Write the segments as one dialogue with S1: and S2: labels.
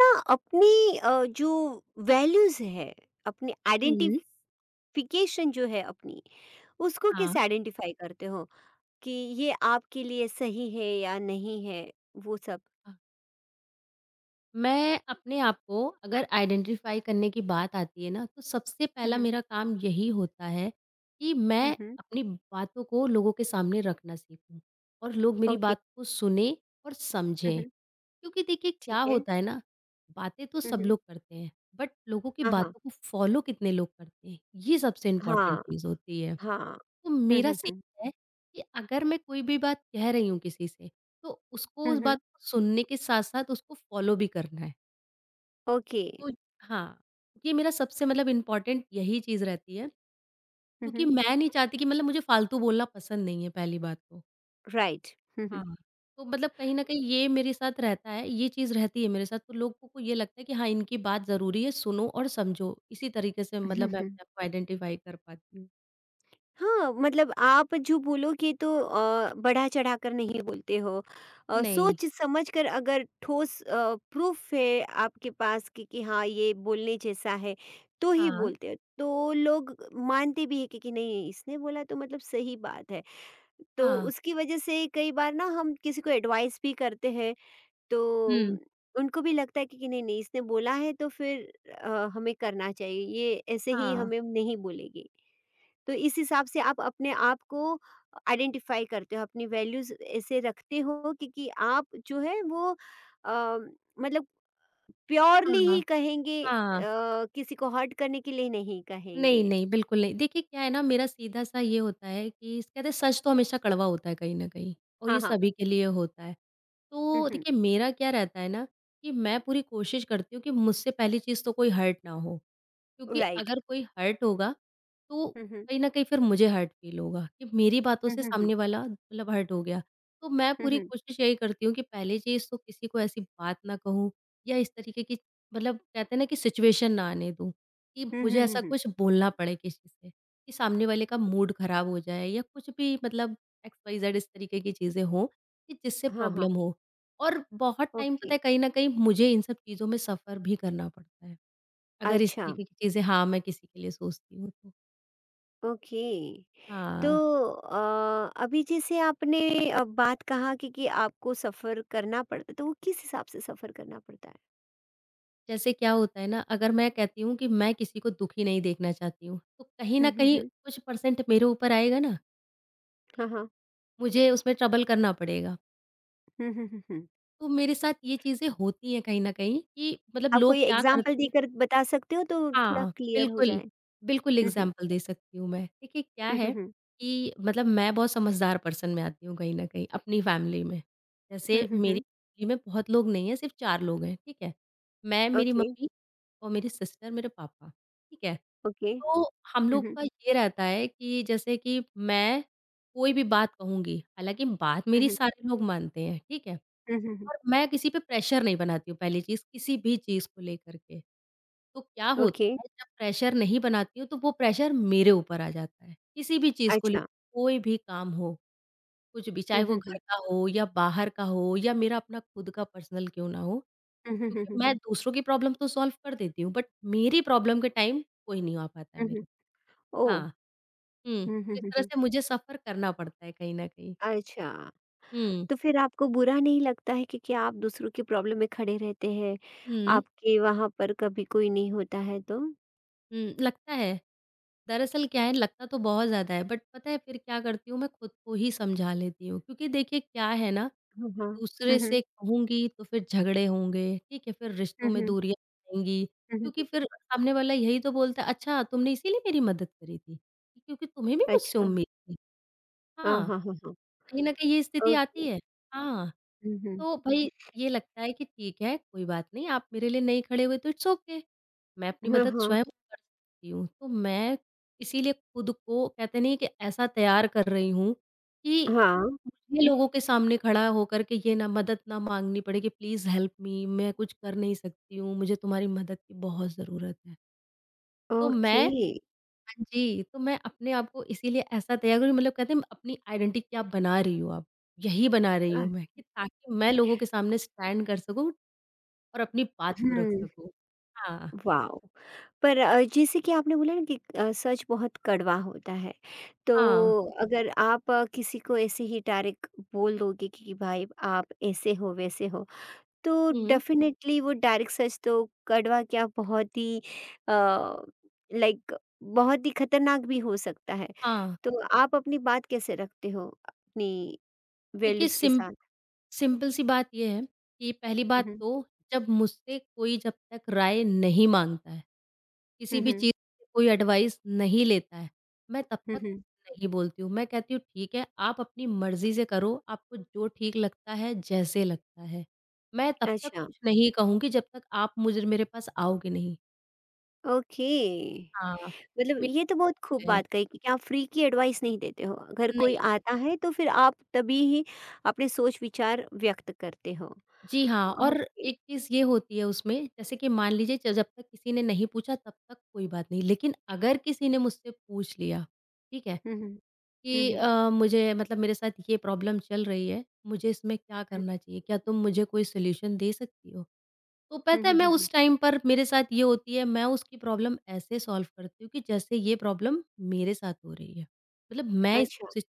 S1: ना। अपनी, जो वैल्यूज है, अपनी
S2: हुँ।
S1: आइडेंटिफिकेशन जो है, अपनी, उसको
S2: हाँ,
S1: कैसे आइडेंटिफाई करते हो कि ये आपके लिए सही है या नहीं है, वो सब।
S2: हाँ। मैं अपने आप को अगर आइडेंटिफ़ाई करने की बात आती है ना, तो सबसे पहला
S1: हम्म।
S2: मेरा काम यही होता है कि मैं
S1: हम्म।
S2: अपनी बातों को लोगों के सामने रखना सीखूँ और लोग मेरी
S1: ओके।
S2: बात को सुनें और समझें।
S1: हम्म।
S2: क्योंकि देखिए क्या
S1: ठीक है।
S2: होता है ना, बातें तो सब
S1: हम्म।
S2: लोग करते हैं, बट लोगों की
S1: हाँ हाँ।
S2: बातों को फ़ॉलो कितने लोग करते हैं, ये सबसे इम्पोर्टेंट
S1: हाँ।
S2: चीज़ होती है।
S1: हाँ।
S2: तो मेरा
S1: हम्म।
S2: सीखना है कि अगर मैं कोई भी बात कह रही हूँ किसी से तो उसको उस बात
S1: हम्म।
S2: को सुनने के साथ-साथ उसको फ़ॉलो भी करना है।
S1: ओके।
S2: तो हाँ, ये मेरा सबसे मतलब इम्पोर्टेंट यही चीज़ रहती है। क्योंकि
S1: हम्म।
S2: मैं नहीं चाहती कि मतलब मुझे फ़ालतू बोलना पसंद नहीं है पहली बात तो।
S1: राइट।
S2: हाँ। तो मतलब कहीं न कहीं ये मेरे साथ रहता है, ये चीज़ रहती है मेरे साथ तो लोगों को ये लगता है कि हाँ, इनकी बात ज़रूरी है, सुनो और समझो। इसी तरीके से मतलब मैं
S1: हम्म।
S2: अपने आप को आइडेंटिफ़ाई कर पाती हूँ।
S1: हाँ, मतलब आप जो बोलोगे तो बढ़ा-चढ़ाकर नहीं बोलते हो।
S2: नहीं।
S1: सोच-समझ कर अगर ठोस प्रूफ़ है आपके पास कि हाँ, ये बोलने जैसा है, तो ही
S2: हाँ,
S1: बोलते हो। तो लोग मानते भी हैं कि नहीं, इसने बोला तो मतलब सही बात है। तो
S2: हाँ।
S1: उसकी वजह से कई बार ना हम किसी को एडवाइस भी करते हैं, तो
S2: हुँ।
S1: उनको भी लगता है कि नहीं, नहीं इसने बोला है तो फिर हमें करना चाहिए। ये ऐसे ही
S2: हाँ,
S1: हमें नहीं बोलेगी। तो इस हिसाब से आप अपने आप को आइडेंटिफ़ाई करते हो, अपनी वैल्यूज़ ऐसे रखते हो कि आप जो है वो, अ, मतलब प्योरली
S2: हाँ,
S1: ही कहेंगे,
S2: हाँ।
S1: किसी को हर्ट करने के लिए नहीं
S2: नहीं,
S1: कहेंगे।
S2: नहीं, बिल्कुल नहीं। देखिए क्या है ना मेरा सीधा-सा ये होता है कि कहते हैं सच तो हमेशा कड़वा होता है कहीं न कहीं और
S1: हाँ,
S2: ये
S1: हाँ।
S2: सभी के लिए होता है।
S1: हुँ,
S2: तो
S1: हुँ।
S2: देखिए मेरा क्या रहता है ना कि मैं पूरी कोशिश करती हूँ कि मुझसे पहली चीज़ तो कोई हर्ट ना हो। क्योंकि
S1: राइट।
S2: अगर कोई हर्ट होगा तो
S1: हुँ, हुँ।
S2: कहीं न कहीं फिर मुझे हर्ट फ़ील होगा कि मेरी बातों
S1: हुँ,
S2: से
S1: हुँ, हुँ।
S2: सामने वाला मतलब हर्ट हो गया। तो मैं
S1: हुँ,
S2: पूरी
S1: हुँ।
S2: कोशिश यही करती हूँ कि पहली चीज़ तो किसी को ऐसी बात ना कहूँ या इस तरीके की मतलब कहते हैं ना कि सिचुएशन ना आने दूँ। कि
S1: हुँ,
S2: मुझे
S1: हुँ, हुँ,
S2: ऐसा
S1: हुँ।
S2: कुछ बोलना पड़े किसी से, कि सामने वाले का मूड खराब हो जाए या कुछ भी मतलब एक्स वाई जेड इस तरीके की चीज़ें हों, कि जिससे
S1: हाँ,
S2: प्रॉब्लम
S1: हाँ।
S2: हो। और बहुत टाइम
S1: ओके।
S2: पता है कहीं न कहीं मुझे इन सब चीज़ों में सफ़र भी करना पड़ता है, अगर इस
S1: अच्छा,
S2: तरीके की चीज़ें हाँ, मैं किसी के लिए सोचती हूँ तो।
S1: ओके। तो
S2: हाँ,
S1: अभी जैसे आपने बात कहा कि आपको सफ़र करना पड़ता है, तो वो किस हिसाब से सफ़र करना पड़ता है?
S2: जैसे क्या होता है ना अगर मैं कहती हूँ कि मैं किसी को दुखी नहीं देखना चाहती हूँ, तो कहीं न
S1: हुँ, हुँ,
S2: कहीं
S1: हुँ।
S2: कुछ परसेंट मेरे ऊपर आएगा ना,
S1: हाँ, हाँ।
S2: मुझे उसमें ट्रबल करना पड़ेगा।
S1: हुँ, हुँ, हुँ, हुँ।
S2: तो मेरे साथ ये चीज़ें होती हैं कहीं न कहीं कि मतलब
S1: आप
S2: लोग
S1: कोई
S2: क्या
S1: एग्ज़ाम्पल
S2: करते हैं
S1: देकर बता सकते हो तो थोड़ा
S2: हाँ,
S1: क्लियर हो
S2: बिल्कुल,
S1: जाए?
S2: बिल्कुल
S1: हुँ, हुँ।
S2: एग्ज़ाम्पल दे सकती हूँ मैं। देखिए क्या
S1: हुँ, हुँ,
S2: है
S1: हुँ।
S2: कि मतलब मैं बहुत समझदार पर्सन में आती हूँ कहीं न कहीं अपनी फ़ैमिली में।
S1: हुँ,
S2: जैसे
S1: हुँ,
S2: मेरी
S1: हुँ।
S2: फ़ैमिली में बहुत लोग नहीं हैं, सिर्फ़ 4 लोग हैं, ठीक है? मैं, मेरी
S1: ओके,
S2: मम्मी और मेरी सिस्टर, मेरे पापा, ठीक है?
S1: ओके।
S2: तो हम
S1: हुँ,
S2: लोग
S1: हुँ।
S2: का ये रहता है कि जैसे कि मैं कोई भी बात कहूँगी, हालाँकि बात
S1: हुँ,
S2: मेरी
S1: हुँ।
S2: सारे लोग मानते हैं, ठीक है?
S1: हुँ, हुँ, हुँ।
S2: और मैं किसी पे प्रेशर नहीं बनाती हूँ पहली चीज़, किसी भी चीज़ को लेकर के। तो क्या होता
S1: ओके,
S2: है जब प्रेशर नहीं बनाती हूँ तो वो प्रेशर मेरे ऊपर आ जाता है। किसी भी चीज़ को लेकर
S1: अच्छा।
S2: कोई भी काम हो, कुछ भी चाहे
S1: हुँ,
S2: वो
S1: हुँ,
S2: घर
S1: हुँ।
S2: का हो या बाहर का हो या मेरा अपना खुद का पर्सनल क्यों ना हो।
S1: हुँ, हुँ, हुँ,
S2: क्योंकि
S1: हुँ।
S2: मैं दूसरों की प्रॉब्लम तो सॉल्व कर देती हूँ बट मेरी प्रॉब्लम के टाइम कोई नहीं आ पाता है
S1: हुँ, हुँ।
S2: मेरे
S1: ओह!
S2: हाँ, हुँ।
S1: हुँ,
S2: तो
S1: हुँ,
S2: इस
S1: हुँ,
S2: तरह
S1: हुँ।
S2: से मुझे सफ़र करना पड़ता है कहीं न कहीं।
S1: अच्छा,
S2: हुँ,
S1: तो फिर आपको बुरा नहीं लगता है क्योंकि आप दूसरों की प्रॉब्लम में खड़े रहते हैं,
S2: हुँ।
S1: आपके वहाँ पर कभी कोई नहीं होता है तो?
S2: हुँ, लगता है। दरअसल क्या है लगता तो बहुत ज़्यादा है बट पता है फिर क्या करती हूँ मैं खुद को ही समझा लेती हूँ। क्योंकि देखिए क्या है ना
S1: हाँ, हाँ। हुँ,
S2: दूसरे
S1: हुँ।
S2: से कहूँगी तो फिर झगड़े होंगे, ठीक है? फिर रिश्तों
S1: हुँ,
S2: में
S1: हुँ।
S2: दूरियाँ आएँगी
S1: हुँ, हुँ,
S2: क्योंकि
S1: हुँ।
S2: फिर सामने वाला यही तो बोलता है अच्छा तुमने इसीलिए मेरी मदद करी थी, क्योंकि तुम्हें भी मुझसे
S1: अच्छा।
S2: उम्मीद थी।
S1: हाँ,
S2: हाँ,
S1: हाँ, हाँ, हाँ।
S2: कहीं न कहीं ये स्थिति आती
S1: ओके।
S2: है। हाँ।
S1: हुँ, हुँ।
S2: तो भई ये लगता है कि ठीक है, कोई बात नहीं, आप मेरे लिए नहीं खड़े हुए तो इट्स ओके। मैं अपनी
S1: हाँ,
S2: मदद
S1: हाँ।
S2: स्वयं कर सकती हूँ। तो मैं इसीलिए खुद को कहते नहीं कि ऐसा तैयार कर रही हूँ कि
S1: हाँ।
S2: मुझे लोगों के सामने खड़ा होकर के ये ना मदद ना माँगनी पड़े कि प्लीज़ हेल्प मी मैं कुछ कर नहीं सकती हूँ, मुझे तुम्हारी मदद की बहुत ज़रूरत है। तो
S1: ओके।
S2: मैं हाँ जी, तो मैं अपने आप को इसीलिए ऐसा तैयार करूँ मतलब कहते हैं अपनी आइडेंटिटी क्या बना रही हूँ अब, यही बना रही
S1: अ,
S2: हूँ मैं कि ताकि मैं लोगों के सामने स्टैंड कर सकूँ और अपनी बात को रख
S1: हुँ,
S2: सकूँ। हाँ,
S1: वॉव! पर जैसे कि आपने बोला ना कि सच बहुत कड़वा होता है, तो
S2: हाँ।
S1: अगर आप किसी को ऐसे ही डायरेक्ट बोल दोगे कि भाई आप ऐसे हो, वैसे हो, तो
S2: हुँ,
S1: डेफ़िनेटली वो डायरेक्ट सच तो कड़वा क्या, बहुत ही, अ, लाइक बहुत ही खतरनाक भी हो सकता है।
S2: हाँ।
S1: तो आप अपनी बात कैसे रखते हो अपनी
S2: देखिए
S1: वैल्यूज़ के
S2: सिम
S1: साथ?
S2: सिंपल सी बात ये है कि पहली
S1: हुँ,
S2: बात
S1: हुँ।
S2: तो जब मुझसे कोई जब तक राय नहीं माँगता है किसी
S1: हुँ,
S2: भी
S1: हुँ।
S2: चीज़ से कोई एडवाइस नहीं लेता है, मैं तब
S1: हुँ,
S2: तक
S1: हुँ।
S2: नहीं बोलती हूँ। मैं कहती हूँ ठीक है, आप अपनी मर्ज़ी से करो, आपको जो ठीक लगता है, जैसे लगता है। मैं तब तक
S1: अच्छा,
S2: कुछ नहीं कहूँगी जब तक आप मुझे मेरे पास आओगे नहीं।
S1: ओके।
S2: हाँ,
S1: मतलब ये तो बहुत खूब
S2: मित्र है,
S1: बात कही कि आप फ्री की एडवाइस नहीं देते हो। अगर कोई
S2: नहीं।
S1: आता है तो फिर आप तभी ही अपने सोच विचार व्यक्त करते हो।
S2: जी हाँ, और
S1: ओके।
S2: एक चीज़ ये होती है उसमें जैसे कि मान लीजिए ज जब तक किसी ने नहीं पूछा तब तक कोई बात नहीं, लेकिन अगर किसी ने मुझसे पूछ लिया, ठीक है?
S1: हुँ, हुँ। हुँ,
S2: कि
S1: हुँ।
S2: मुझे मतलब मेरे साथ ये प्रॉब्लम चल रही है, मुझे इसमें क्या करना चाहिए? क्या तुम मुझे कोई सॉल्यूशन दे सकती हो? तो
S1: हुँ,
S2: पता है
S1: हुँ,
S2: मैं
S1: हुँ, हुँ।
S2: उस टाइम पर मेरे साथ ये होती है मैं उसकी प्रॉब्लम ऐसे सॉल्व करती हूँ कि जैसे ये प्रॉब्लम मेरे साथ हो रही है। मतलब मैं इस
S1: अच्छा,
S2: सिच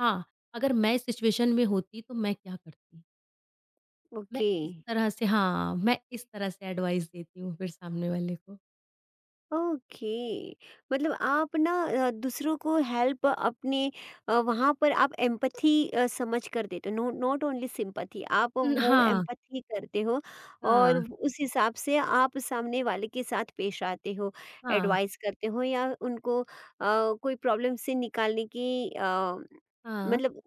S2: हाँ, अगर मैं इस सिचुएशन में होती तो मैं क्या करती? मैं
S1: ओके।
S2: इस तरह से हाँ, मैं इस तरह से एडवाइस देती हूँ फिर सामने वाले को।
S1: ओके, मतलब आप ना, दूसरों को हेल्प अपने, वहाँ पर आप एम्पथी, समझ कर देते हो। नो, नॉट ओनली सिंपथी, आप
S2: हुँ,
S1: वो
S2: हाँ,
S1: एम्पथी करते हो
S2: हाँ,
S1: और उस हिसाब से आप सामने वाले के साथ पेश आते हो,
S2: हाँ,
S1: एडवाइस करते हो या उनको, कोई प्रॉब्लम से निकालने की,
S2: हाँ।
S1: मतलब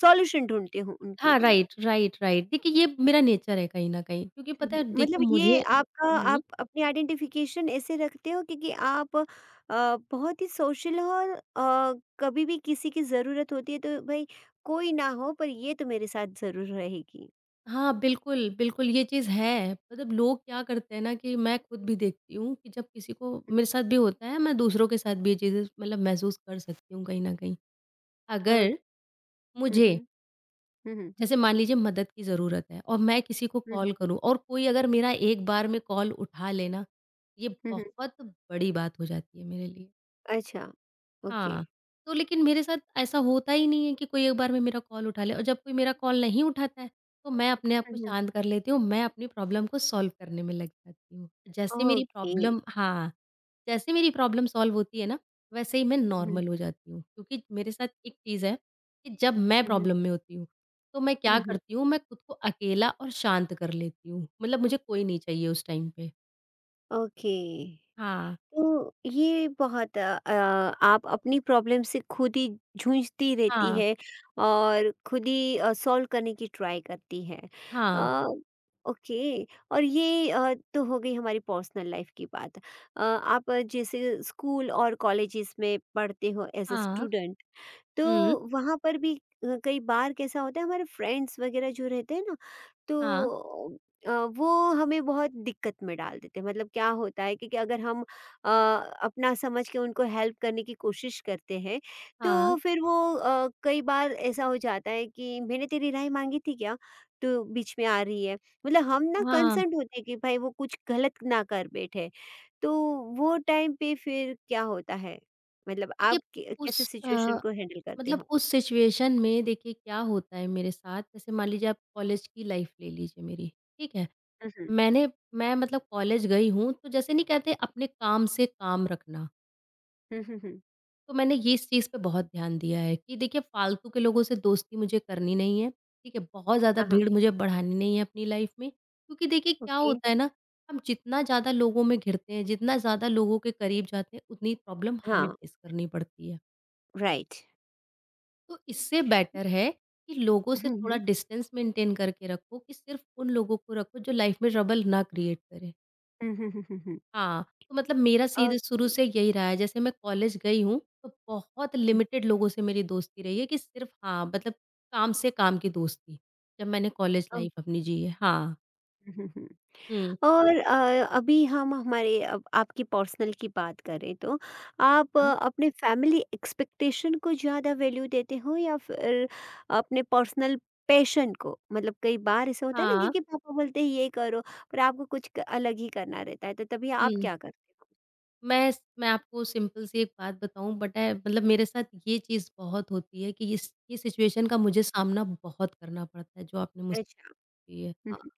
S1: सॉल्यूशन ढूंढते हो उनके
S2: हाँ,
S1: लिए।
S2: Right, right, right. देखिए, ये मेरा नेचर है कहीं न कहीं क्योंकि
S1: हुँ,
S2: पता
S1: हुँ।
S2: है
S1: मतलब
S2: देखिए मुझे
S1: ये आपका,
S2: हुँ।
S1: आप अपनी आइडेंटिफ़िकेशन ऐसे रखते हो क्योंकि आप बहुत ही सोशल हो और कभी भी किसी की ज़रूरत होती है तो भई कोई ना हो पर ये तो मेरे साथ ज़रूर रहेगी।
S2: हाँ, बिल्कुल, बिल्कुल ये चीज़ है। मतलब लोग क्या करते हैं ना कि मैं खुद भी देखती हूँ कि जब किसी को मेरे साथ भी होता है, मैं दूसरों के साथ भी ये चीज़ें मतलब महसूस कर सकती हूँ कहीं न कहीं।
S1: अ,
S2: अगर
S1: हुँ, हुँ।
S2: मुझे
S1: हुँ, हुँ।
S2: जैसे मान लीजिए मदद की ज़रूरत है और मैं किसी को
S1: हुँ,
S2: कॉल
S1: हुँ।
S2: करूँ और कोई अगर मेरा एक बार में कॉल उठा ले ना, ये
S1: हुँ, हुँ।
S2: बहुत बड़ी बात हो जाती है मेरे लिए।
S1: अच्छा, ओके।
S2: हाँ, तो लेकिन मेरे साथ ऐसा होता ही नहीं है कि कोई एक बार में मेरा कॉल उठा ले और जब कोई मेरा कॉल नहीं उठाता है, तो मैं अपने आप
S1: हुँ,
S2: को
S1: हुँ।
S2: शांत कर लेती हूँ, मैं अपनी प्रॉब्लम को सॉल्व करने में लग जाती हूँ। जैसे मेरी
S1: ओके।
S2: प्रॉब्लम हाँ, जैसे मेरी प्रॉब्लम सॉल्व होती है ना, वैसे ही मैं
S1: हुँ, हुँ।
S2: नॉर्मल हो जाती हूँ। क्योंकि मेरे साथ एक चीज़ है कि जब मैं
S1: हुँ, हुँ।
S2: प्रॉब्लम में होती हूँ, तो मैं क्या
S1: हुँ, हुँ।
S2: करती हूँ, मैं खुद को अकेला और शांत कर लेती हूँ। मतलब मुझे कोई नहीं चाहिए उस टाइम पे।
S1: ओके।
S2: हाँ,
S1: तो ये बहुत आप अपनी प्रॉब्लम से खुद ही जूझती रहती
S2: हाँ,
S1: है और खुद ही सॉल्व करने की ट्राई करती है।
S2: हाँ,
S1: अ, ओके। और ये तो हो गई हमारी पर्सनल लाइफ की बात। आप जैसे स्कूल और कॉलेजेस में पढ़ते हो एज ए
S2: हाँ,
S1: स्टूडेंट, तो
S2: हुँ,
S1: वहाँ पर भी कई बार कैसा होता है हमारे फ्रेंड्स वगैरह जो रहते हैं ना,
S2: हाँ,
S1: तो अ, वो हमें बहुत दिक्कत में डाल देते हैं। मतलब क्या होता है कि, अगर हम अ, अपना समझ के उनको हेल्प करने की कोशिश करते हैं
S2: हाँ,
S1: तो फिर वो, कई बार ऐसा हो जाता है कि मैंने तेरी राय मांगी थी क्या, तो बीच में आ रही है। मतलब हम ना
S2: हाँ।
S1: कंसर्न होते हैं कि भाई वो कुछ गलत ना कर बैठे, तो वो टाइम पे फिर क्या होता है, मतलब
S2: देखिए
S1: आप कै कैसे
S2: उस अ,
S1: सिचुएशन को हैंडल करते हो?
S2: मतलब उस सिचुएशन में देखिए क्या होता है मेरे साथ जैसे मान लीजिए आप कॉलेज की लाइफ ले लीजिए मेरी, ठीक है?
S1: हुँ, हुँ।
S2: मैंने मैं मतलब कॉलेज गई हूँ तो जैसे नहीं कहते अपने काम से काम रखना,
S1: हुँ, हुँ, हुँ।
S2: तो मैंने ये इस चीज़ पे बहुत ध्यान दिया है कि देखिए फालतू के लोगों से दोस्ती मुझे करनी नहीं है, ठीक है? बहुत ज़्यादा
S1: हाँ, हाँ,
S2: भीड़ मुझे बढ़ानी नहीं है अपनी लाइफ में क्योंकि देखिए क्या
S1: ओके।
S2: होता है ना, हम जितना ज़्यादा लोगों में घिरते हैं, जितना ज़्यादा लोगों के करीब जाते हैं, उतनी प्रॉब्लम हमें
S1: हाँ,
S2: फेस करनी पड़ती है।
S1: राइट।
S2: तो इससे बेटर है कि लोगों से
S1: हुँ,
S2: थोड़ा
S1: हुँ।
S2: डिस्टेंस मेंटेन करके रखो कि सिर्फ उन लोगों को रखो जो लाइफ में ट्रबल ना क्रिएट करें।
S1: हुँ, हुँ, हुँ, हुँ, हुँ।
S2: हाँ, तो मतलब मेरा सीधे शुरू
S1: ओके।
S2: से यही रहा है जैसे मैं कॉलेज गई हूँ तो बहुत
S1: हुँ।
S2: लिमिटेड लोगों से मेरी दोस्ती रही है कि सिर्फ हाँ, मतलब काम से काम की दोस्ती, जब मैंने कॉलेज
S1: ओह!
S2: लाइफ अपनी जी है। हाँ।
S1: हुँ, हुँ, हुँ।
S2: हुँ।
S1: और अभी हम हमारे अब आपकी पर्सनल की बात करें तो आप
S2: हाँ,
S1: अपने फैमिली एक्सपेक्टेशन को ज़्यादा वैल्यू देते हो या फिर अपने पर्सनल पैशन को? मतलब कई बार ऐसा होता है ना कि
S2: हाँ,
S1: कि पापा बोलते हैं ये करो, पर आपको कुछ क अलग ही करना रहता है तो तभी आप
S2: हुँ।
S1: क्या करते हो?
S2: मैं आपको सिंपल सी एक बात बताऊँ पता है मतलब मेरे साथ ये चीज़ बहुत होती है कि इस ये सिचुएशन का मुझे सामना बहुत करना पड़ता है जो आपने
S1: अच्छा।
S2: मुझसे की है।
S1: हुँ,
S2: हाँ,
S1: हुँ।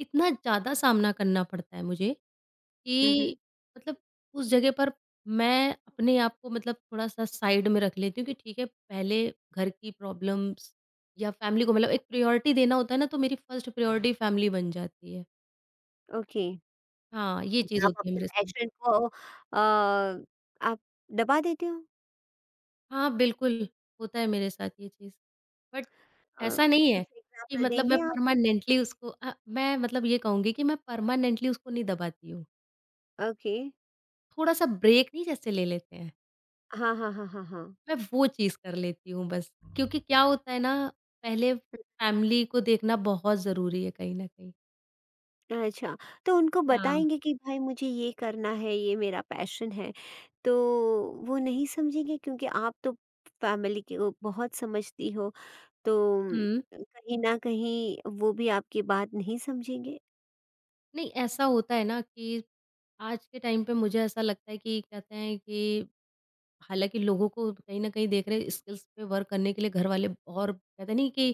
S2: इतना ज़्यादा सामना करना पड़ता है मुझे
S1: हुँ,
S2: कि
S1: हुँ।
S2: मतलब उस जगह पर मैं अपने आप को मतलब थोड़ा-सा साइड में रख लेती हूँ कि ठीक है पहले घर की प्रॉब्लम्स या फैमिली को मतलब एक प्रायोरिटी देना होता है ना तो मेरी फर्स्ट प्रायोरिटी फैमिली बन जाती है।
S1: ओके।
S2: हाँ, ये चीज़
S1: आप
S2: होती है
S1: अपने
S2: मेरे साथ।
S1: पैशन को, आप दबा देते हो?
S2: हाँ, बिल्कुल, होता है मेरे साथ ये चीज़। बट
S1: अ,
S2: ऐसा नहीं
S1: कुछ
S2: है कि
S1: एग्ज़ाम्पल
S2: मतलब मैं
S1: देंगे आप?
S2: परमानेंटली उसको मैं मतलब ये कहूँगी कि मैं परमानेंटली उसको नहीं दबाती हूँ।
S1: ओके।
S2: थोड़ा-सा ब्रेक नहीं जैसे ले लेते हैं,
S1: हाँ, हाँ, हाँ, हाँ, हाँ।
S2: मैं वो चीज़ कर लेती हूँ बस। क्योंकि क्या होता है ना, पहले फैमिली को देखना बहुत ज़रूरी है कहीं न कहीं।
S1: अच्छा, तो उनको
S2: हाँ,
S1: बताएँगे कि भाई मुझे ये करना है, ये मेरा पैशन है, तो वो नहीं समझेंगे क्योंकि आप तो फैमिली के हो, बहुत समझती हो, तो
S2: हुँ।
S1: कहीं न कहीं वो भी आपकी बात नहीं समझेंगे?
S2: नहीं, ऐसा होता है ना कि आज के टाइम पे मुझे ऐसा लगता है कि कहते हैं कि हालाँकि लोगों को कहीं न कहीं देख रहे हैं स्किल्स पे वर्क करने के लिए घर वाले और कहते नहीं कि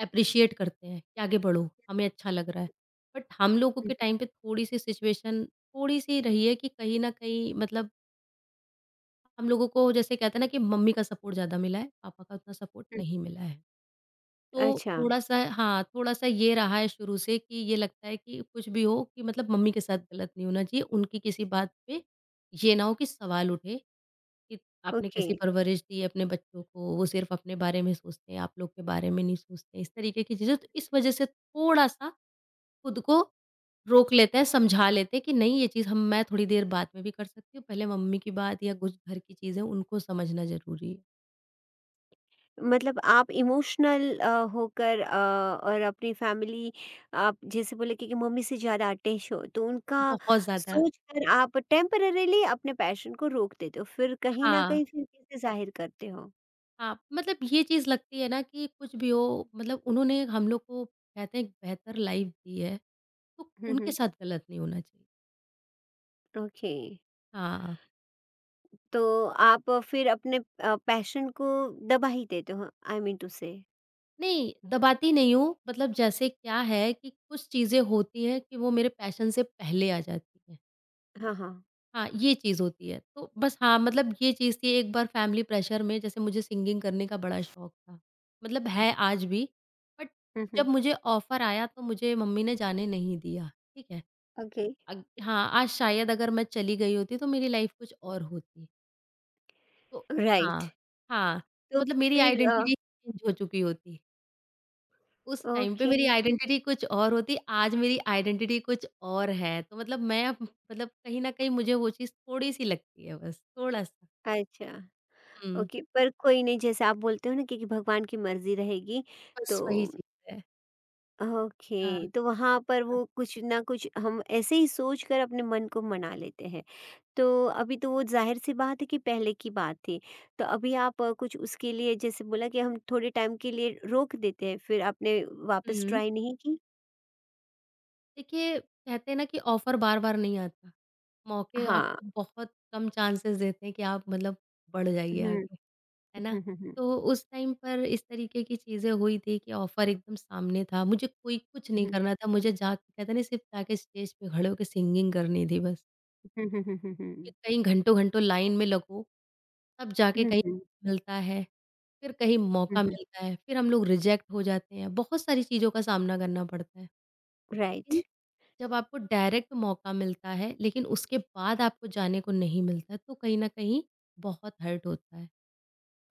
S2: एप्रिशिएट करते हैं कि आगे बढ़ो, हमें अच्छा लग रहा है। बट हम लोगों
S1: हुँ,
S2: के टाइम पे थोड़ी-सी सिचुएशन थोड़ी-सी रही है कि कहीं न कहीं मतलब हम लोगों को जैसे कहते हैं ना कि मम्मी का सपोर्ट ज़्यादा मिला है, पापा का उतना सपोर्ट
S1: हुँ।
S2: नहीं मिला है। तो
S1: अच्छा,
S2: थोड़ा-सा हाँ, थोड़ा-सा ये रहा है शुरू से कि ये लगता है कि कुछ भी हो कि मतलब मम्मी के साथ गलत नहीं होना चाहिए, उनकी किसी बात पे ये ना हो कि सवाल उठे कि आपने
S1: ओके।
S2: कैसी परवरिश दी अपने बच्चों को, वो सिर्फ़ अपने बारे में सोचते हैं, आप लोग के बारे में नहीं सोचते, इस तरीके की चीज़ें। तो इस वजह से थोड़ा-सा खुद को रोक लेते हैं, समझा लेते हैं कि नहीं ये चीज़ हम मैं थोड़ी देर बाद में भी कर सकती हूँ, पहले मम्मी की बात या कुछ घर की चीज़ें उनको समझना ज़रूरी है।
S1: मतलब आप इमोशनल होकर, और अपनी फैमिली, आप जैसे बोले कि मम्मी से ज़्यादा अटैच हो तो उनका
S2: बहुत ज़्यादा।
S1: सोच कर आप टेम्पररीली अपने पैशन को रोक देते हो, फिर कहीं न
S2: हाँ,
S1: कहीं फिर कैसे ज़ाहिर करते हो?
S2: हाँ, मतलब ये चीज़ लगती है ना कि कुछ भी हो मतलब उन्होंने हम लोग को कहते हैं एक बेहतर लाइफ़ दी है, तो
S1: हुँ,
S2: उनके
S1: हुँ।
S2: साथ गलत नहीं होना चाहिए।
S1: ओके।
S2: हाँ।
S1: तो आप फिर अपने पैशन को दबा ही देते हो, आई मीन टू से।
S2: नहीं, दबाती नहीं हूँ, मतलब जैसे क्या है कि कुछ चीज़ें होती हैं कि वो मेरे पैशन से पहले आ जाती हैं।
S1: हाँ, हाँ।
S2: हाँ, ये चीज़ होती है। तो बस हाँ, मतलब ये चीज़ थी एक बार फैमिली प्रेशर में जैसे मुझे सिंगिंग करने का बड़ा शौक था, मतलब है आज भी। बट
S1: हुँ,
S2: जब
S1: हुँ।
S2: मुझे ऑफ़र आया तो मुझे मम्मी ने जाने नहीं दिया, ठीक है।
S1: ओके,
S2: अग हाँ, आज शायद अगर मैं चली गई होती तो मेरी लाइफ़ कुछ और होती। तो हाँ,
S1: राइट।
S2: हाँ, तो
S1: तो
S2: मतलब मेरी
S1: फिर,
S2: आइडेंटिटी चेंज हो चुकी होती। उस टाइम पे
S1: ओके,
S2: मेरी आइडेंटिटी कुछ और होती, आज मेरी आइडेंटिटी कुछ और है। तो मतलब मैं अब मतलब कहीं न कहीं मुझे वो चीज़ थोड़ी-सी लगती है बस, थोड़ा-सा।
S1: अच्छा।
S2: हुँ,
S1: ओके, पर कोई नहीं, जैसे आप बोलते हो ना कि भगवान की मर्ज़ी रहेगी, तो
S2: बस वही चीज़ है। हाँ,
S1: ओके, तो वहाँ पर वो
S2: हाँ।
S1: कुछ ना कुछ हम ऐसे ही सोच कर अपने मन को मना लेते हैं। तो अभी तो वो ज़ाहिर-सी बात है कि पहले की बात थी। तो अभी आप कुछ उसके लिए जैसे बोला कि हम थोड़े टाइम के लिए रोक देते हैं, फिर आपने वापस
S2: हुँ।
S1: ट्राई नहीं की?
S2: देखिए, कहते हैं ना कि ऑफ़र बार-बार नहीं आता। मौके
S1: हाँ।
S2: आपको बहुत कम चांसेस देते हैं कि आप मतलब बढ़ जाइए
S1: हुँ।
S2: आगे। है ना?
S1: हुँ, हुँ, हुँ, हुँ।
S2: तो उस टाइम पर इस तरीके की चीज़ें हुई थी कि ऑफ़र एकदम सामने था, मुझे कोई कुछ नहीं
S1: हुँ,
S2: करना था, मुझे जाके कहते हैं ना सिर्फ़ जाके स्टेज पे खड़े होके सिंगिंग करनी थी बस।
S1: हुँ, हुँ, हुँ, हुँ,
S2: कि
S1: हुँ।
S2: कहीं घंटों-घंटों लाइन में लगो, तब जाके
S1: हुँ,
S2: कहीं
S1: हुँ।
S2: मिलता है, फिर कहीं
S1: हुँ,
S2: मौका
S1: हुँ।
S2: मिलता है, फिर हम लोग रिजेक्ट हो जाते हैं, बहुत सारी चीज़ों का सामना करना पड़ता है। लेकिन
S1: राइट।
S2: जब आपको डायरेक्ट मौका मिलता है, लेकिन उसके बाद आपको जाने को नहीं मिलता है, तो कहीं न कहीं बहुत हर्ट होता है।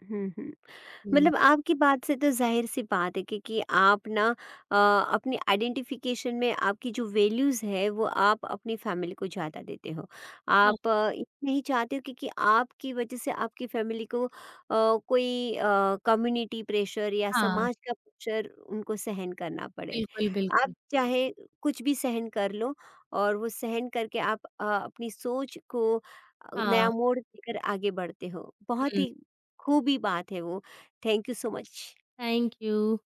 S1: हुँ, हुँ।
S2: हुँ,
S1: मतलब आपकी बात से तो ज़ाहिर-सी बात है कि आप ना, अपनी आइडेंटिफ़िकेशन में आपकी जो वैल्यूज़ है वो आप अपनी फ़ैमिली को ज़्यादा देते हो।
S2: हाँ,
S1: आप ये नहीं चाहते हो कि आपकी वजह से आपकी फ़ैमिली को, कोई कम्युनिटी प्रेशर या
S2: हाँ,
S1: समाज का प्रेशर उनको सहन करना पड़े।
S2: बिल्कुल, बिल्कुल।
S1: आप चाहे कुछ भी सहन कर लो और वो सहन करके आप अपनी सोच को,
S2: हाँ।
S1: नया मोड़ देकर आगे बढ़ते हो। बहुत
S2: Mm.
S1: ही खूबी बात है वो। Thank you so much.
S2: Thank you.